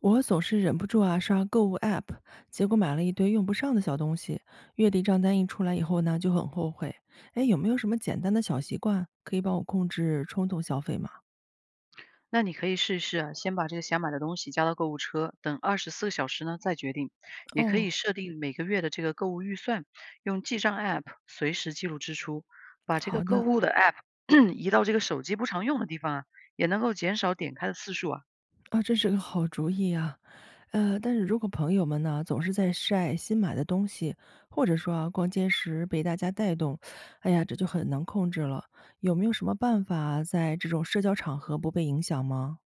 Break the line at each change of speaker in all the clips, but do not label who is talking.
我总是忍不住啊刷购物 app，结果买了一堆用不上的小东西，月底账单一出来以后呢，就很后悔。哎，有没有什么简单的小习惯可以帮我控制冲动消费吗？
那你可以试一试啊，先把这个想买的东西加到购物车，等24个小时呢再决定。也可
哦，
以设定每个月的这个购物预算，用记账 App 随时记录支出，把这
好
个购
的
物的 App 移到这个手机不常用的地方啊，也能够减少点开的次数啊。
啊，这是个好主意啊。但是如果朋友们呢总是在晒新买的东西，或者说啊逛街时被大家带动，哎呀，这就很难控制了。有没有什么办法在这种社交场合不被影响吗？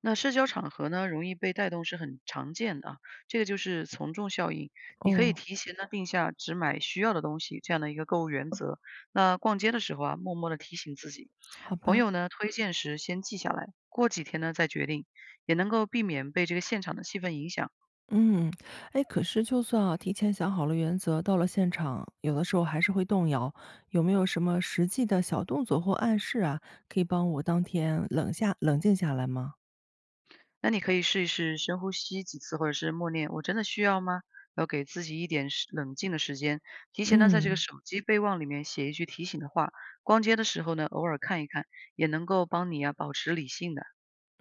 那社交场合呢，容易被带动是很常见的啊，这个就是从众效应。你可以
哦，
提前呢定下只买需要的东西这样的一个购物原则。那逛街的时候啊，默默的提醒自己，
好
朋
吧。
友呢推荐时先记下来，过几天呢再决定，也能够避免被这个现场的气氛影响。
嗯，哎，可是就算啊，提前想好了原则，到了现场，有的时候还是会动摇。有没有什么实际的小动作或暗示啊，可以帮我当天冷静下来吗？
那你可以试一试深呼吸几次，或者是默念“我真的需要吗？”要给自己一点时冷静的时间。提前呢，在这个
嗯
手机备忘里面写一句提醒的话，逛街的时候呢，偶尔看一看，也能够帮你啊保持理性的。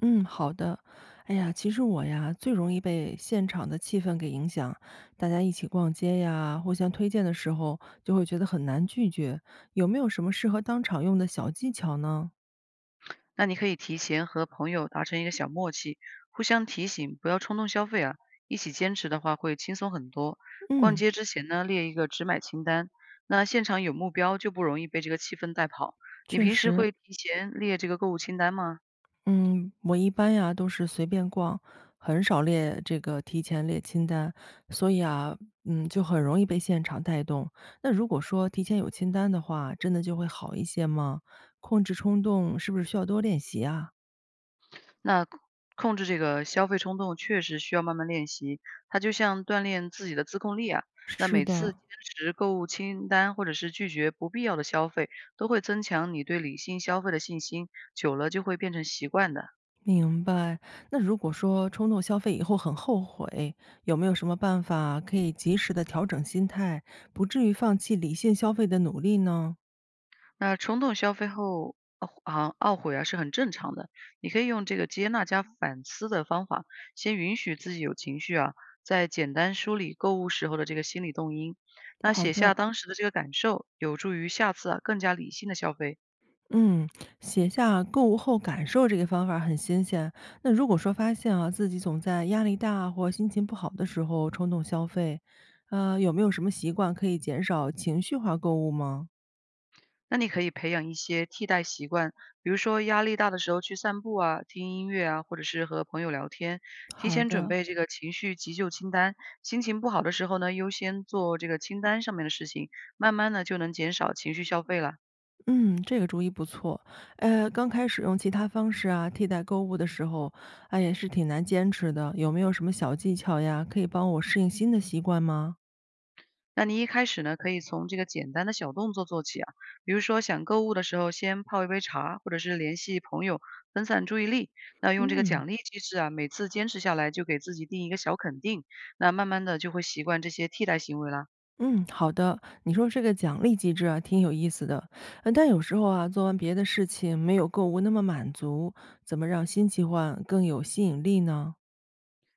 嗯，好的。哎呀，其实我呀，最容易被现场的气氛给影响。大家一起逛街呀，互相推荐的时候，就会觉得很难拒绝。有没有什么适合当场用的小技巧呢？
那你可以提前和朋友达成一个小默契，互相提醒，不要冲动消费啊。一起坚持的话会轻松很多。逛
嗯，
街之前呢，列一个只买清单，那现场有目标就不容易被这个气氛带跑。你
确
平时
实。
会提前列这个购物清单吗？
嗯，我一般呀都是随便逛，很少列这个提前列清单，所以啊，嗯，就很容易被现场带动。那如果说提前有清单的话，真的就会好一些吗？控制冲动是不是需要多练习啊？
那控制这个消费冲动确实需要慢慢练习，它就像锻炼自己的自控力啊。那
是
每次
的，
坚持购物清单，或者是拒绝不必要的消费，都会增强你对理性消费的信心，久了就会变成习惯的。
明白。那如果说冲动消费以后很后悔，有没有什么办法可以及时的调整心态，不至于放弃理性消费的努力呢？
那冲动消费后懊悔啊是很正常的，你可以用这个接纳加反思的方法，先允许自己有情绪啊，再简单梳理购物时候的这个心理动因，那
好
写
的。
下当时的这个感受，有助于下次啊更加理性的消费。
嗯，写下购物后感受这个方法很新鲜。那如果说发现啊，自己总在压力大或心情不好的时候冲动消费，有没有什么习惯可以减少情绪化购物吗？
那你可以培养一些替代习惯，比如说压力大的时候去散步啊、听音乐啊，或者是和朋友聊天，提
好
前准
的，
备这个情绪急救清单。心情不好的时候呢，优先做这个清单上面的事情，慢慢的就能减少情绪消费了。
嗯，这个主意不错。刚开始用其他方式啊替代购物的时候，啊也是挺难坚持的。有没有什么小技巧呀，可以帮我适应新的习惯吗？
那你一开始呢，可以从这个简单的小动作做起啊，比如说想购物的时候，先泡一杯茶，或者是联系朋友分散注意力。那用这个
嗯。
奖励机制啊，每次坚持下来就给自己定一个小肯定，那慢慢的就会习惯这些替代行为啦。
嗯，好的。你说这个奖励机制啊，挺有意思的。但有时候啊，做完别的事情没有购物那么满足，怎么让新奇幻更有吸引力呢？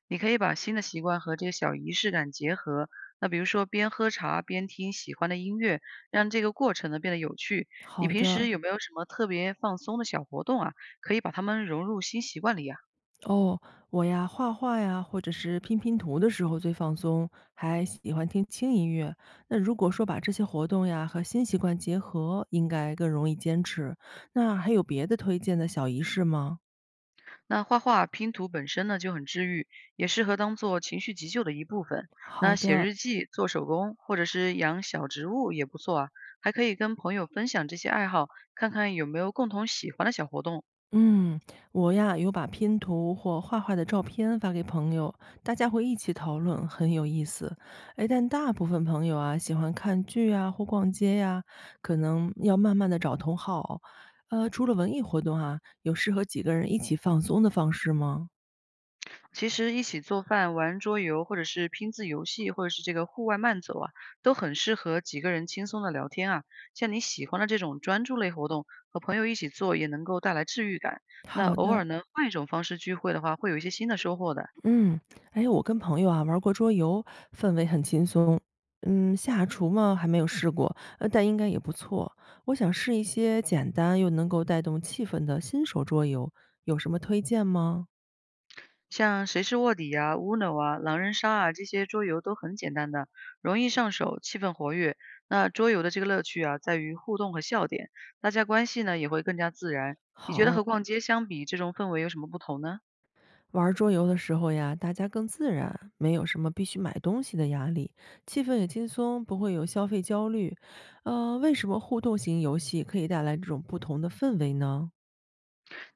你可以把新的习惯和这个小仪式感结合。那比如说边喝茶边听喜欢的音乐，让这个过程呢变得有趣。你
好
平时
的，
有没有什么特别放松的小活动啊？可以把它们融入新习惯里呀。
哦，我呀，画画呀，或者是拼拼图的时候最放松，还喜欢听轻音乐。那如果说把这些活动呀和新习惯结合，应该更容易坚持。那还有别的推荐的小仪式吗？
那画画、拼图本身呢就很治愈，也适合当做情绪急救的一部分。
好
那写
的，
日记、做手工或者是养小植物也不错啊，还可以跟朋友分享这些爱好，看看有没有共同喜欢的小活动啊。
嗯，我呀有把拼图或画画的照片发给朋友，大家会一起讨论，很有意思。哎，但大部分朋友啊喜欢看剧啊或逛街呀、可能要慢慢的找同好。除了文艺活动啊，有适合几个人一起放松的方式吗？
其实一起做饭、玩桌游，或者是拼字游戏，或者是这个户外慢走啊，都很适合几个人轻松的聊天啊。像你喜欢的这种专注类活动，和朋友一起做也能够带来治愈感。那
好
偶
的，
尔呢，换一种方式聚会的话，会有一些新的收获的。
嗯，哎，我跟朋友啊玩过桌游，氛围很轻松。嗯，下厨嘛还没有试过，但应该也不错。我想试一些简单又能够带动气氛的新手桌游，有什么推荐吗？
像谁是卧底呀、Uno 啊、狼人杀啊这些桌游都很简单的，容易上手，气氛活跃。那桌游的这个乐趣啊，在于互动和笑点，大家关系呢也会更加自然。你觉得和
好，
逛街相比，这种氛围有什么不同呢？
玩桌游的时候呀，大家更自然，没有什么必须买东西的压力，气氛也轻松，不会有消费焦虑。为什么互动型游戏可以带来这种不同的氛围呢？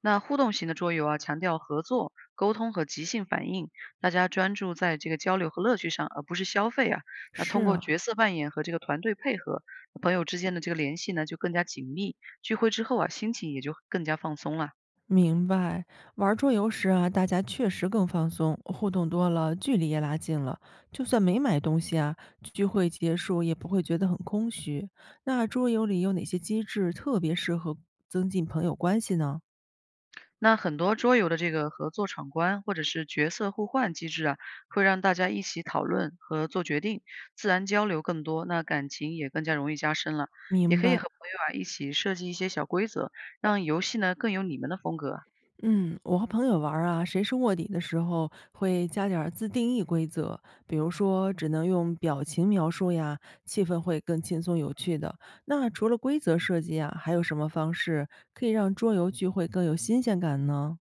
那互动型的桌游啊，强调合作、沟通和即兴反应，大家专注在这个交流和乐趣上，而不是消费啊。那
是
通过
啊。
角色扮演和这个团队配合，朋友之间的这个联系呢就更加紧密。聚会之后啊，心情也就更加放松了。
明白，玩桌游时啊，大家确实更放松，互动多了，距离也拉近了。就算没买东西啊，聚会结束也不会觉得很空虚。那桌游里有哪些机制特别适合增进朋友关系呢？
那很多桌游的这个合作闯关或者是角色互换机制啊，会让大家一起讨论和做决定，自然交流更多，那感情也更加容易加深了。也
明
可以
白。
和朋友啊一起设计一些小规则，让游戏呢更有你们的风格啊。
嗯，我和朋友玩儿啊，谁是卧底的时候会加点儿自定义规则，比如说只能用表情描述呀，气氛会更轻松有趣的。那除了规则设计啊，还有什么方式可以让桌游聚会更有新鲜感呢？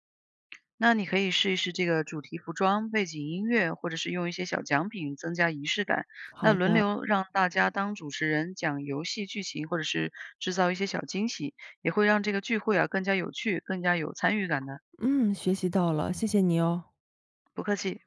那你可以试一试这个主题服装、背景音乐，或者是用一些小奖品增加仪式感。那
好
轮
的，
流让大家当主持人讲游戏剧情，或者是制造一些小惊喜，也会让这个聚会啊更加有趣、更加有参与感的。
嗯，学习到了，谢谢你哦。
不客气。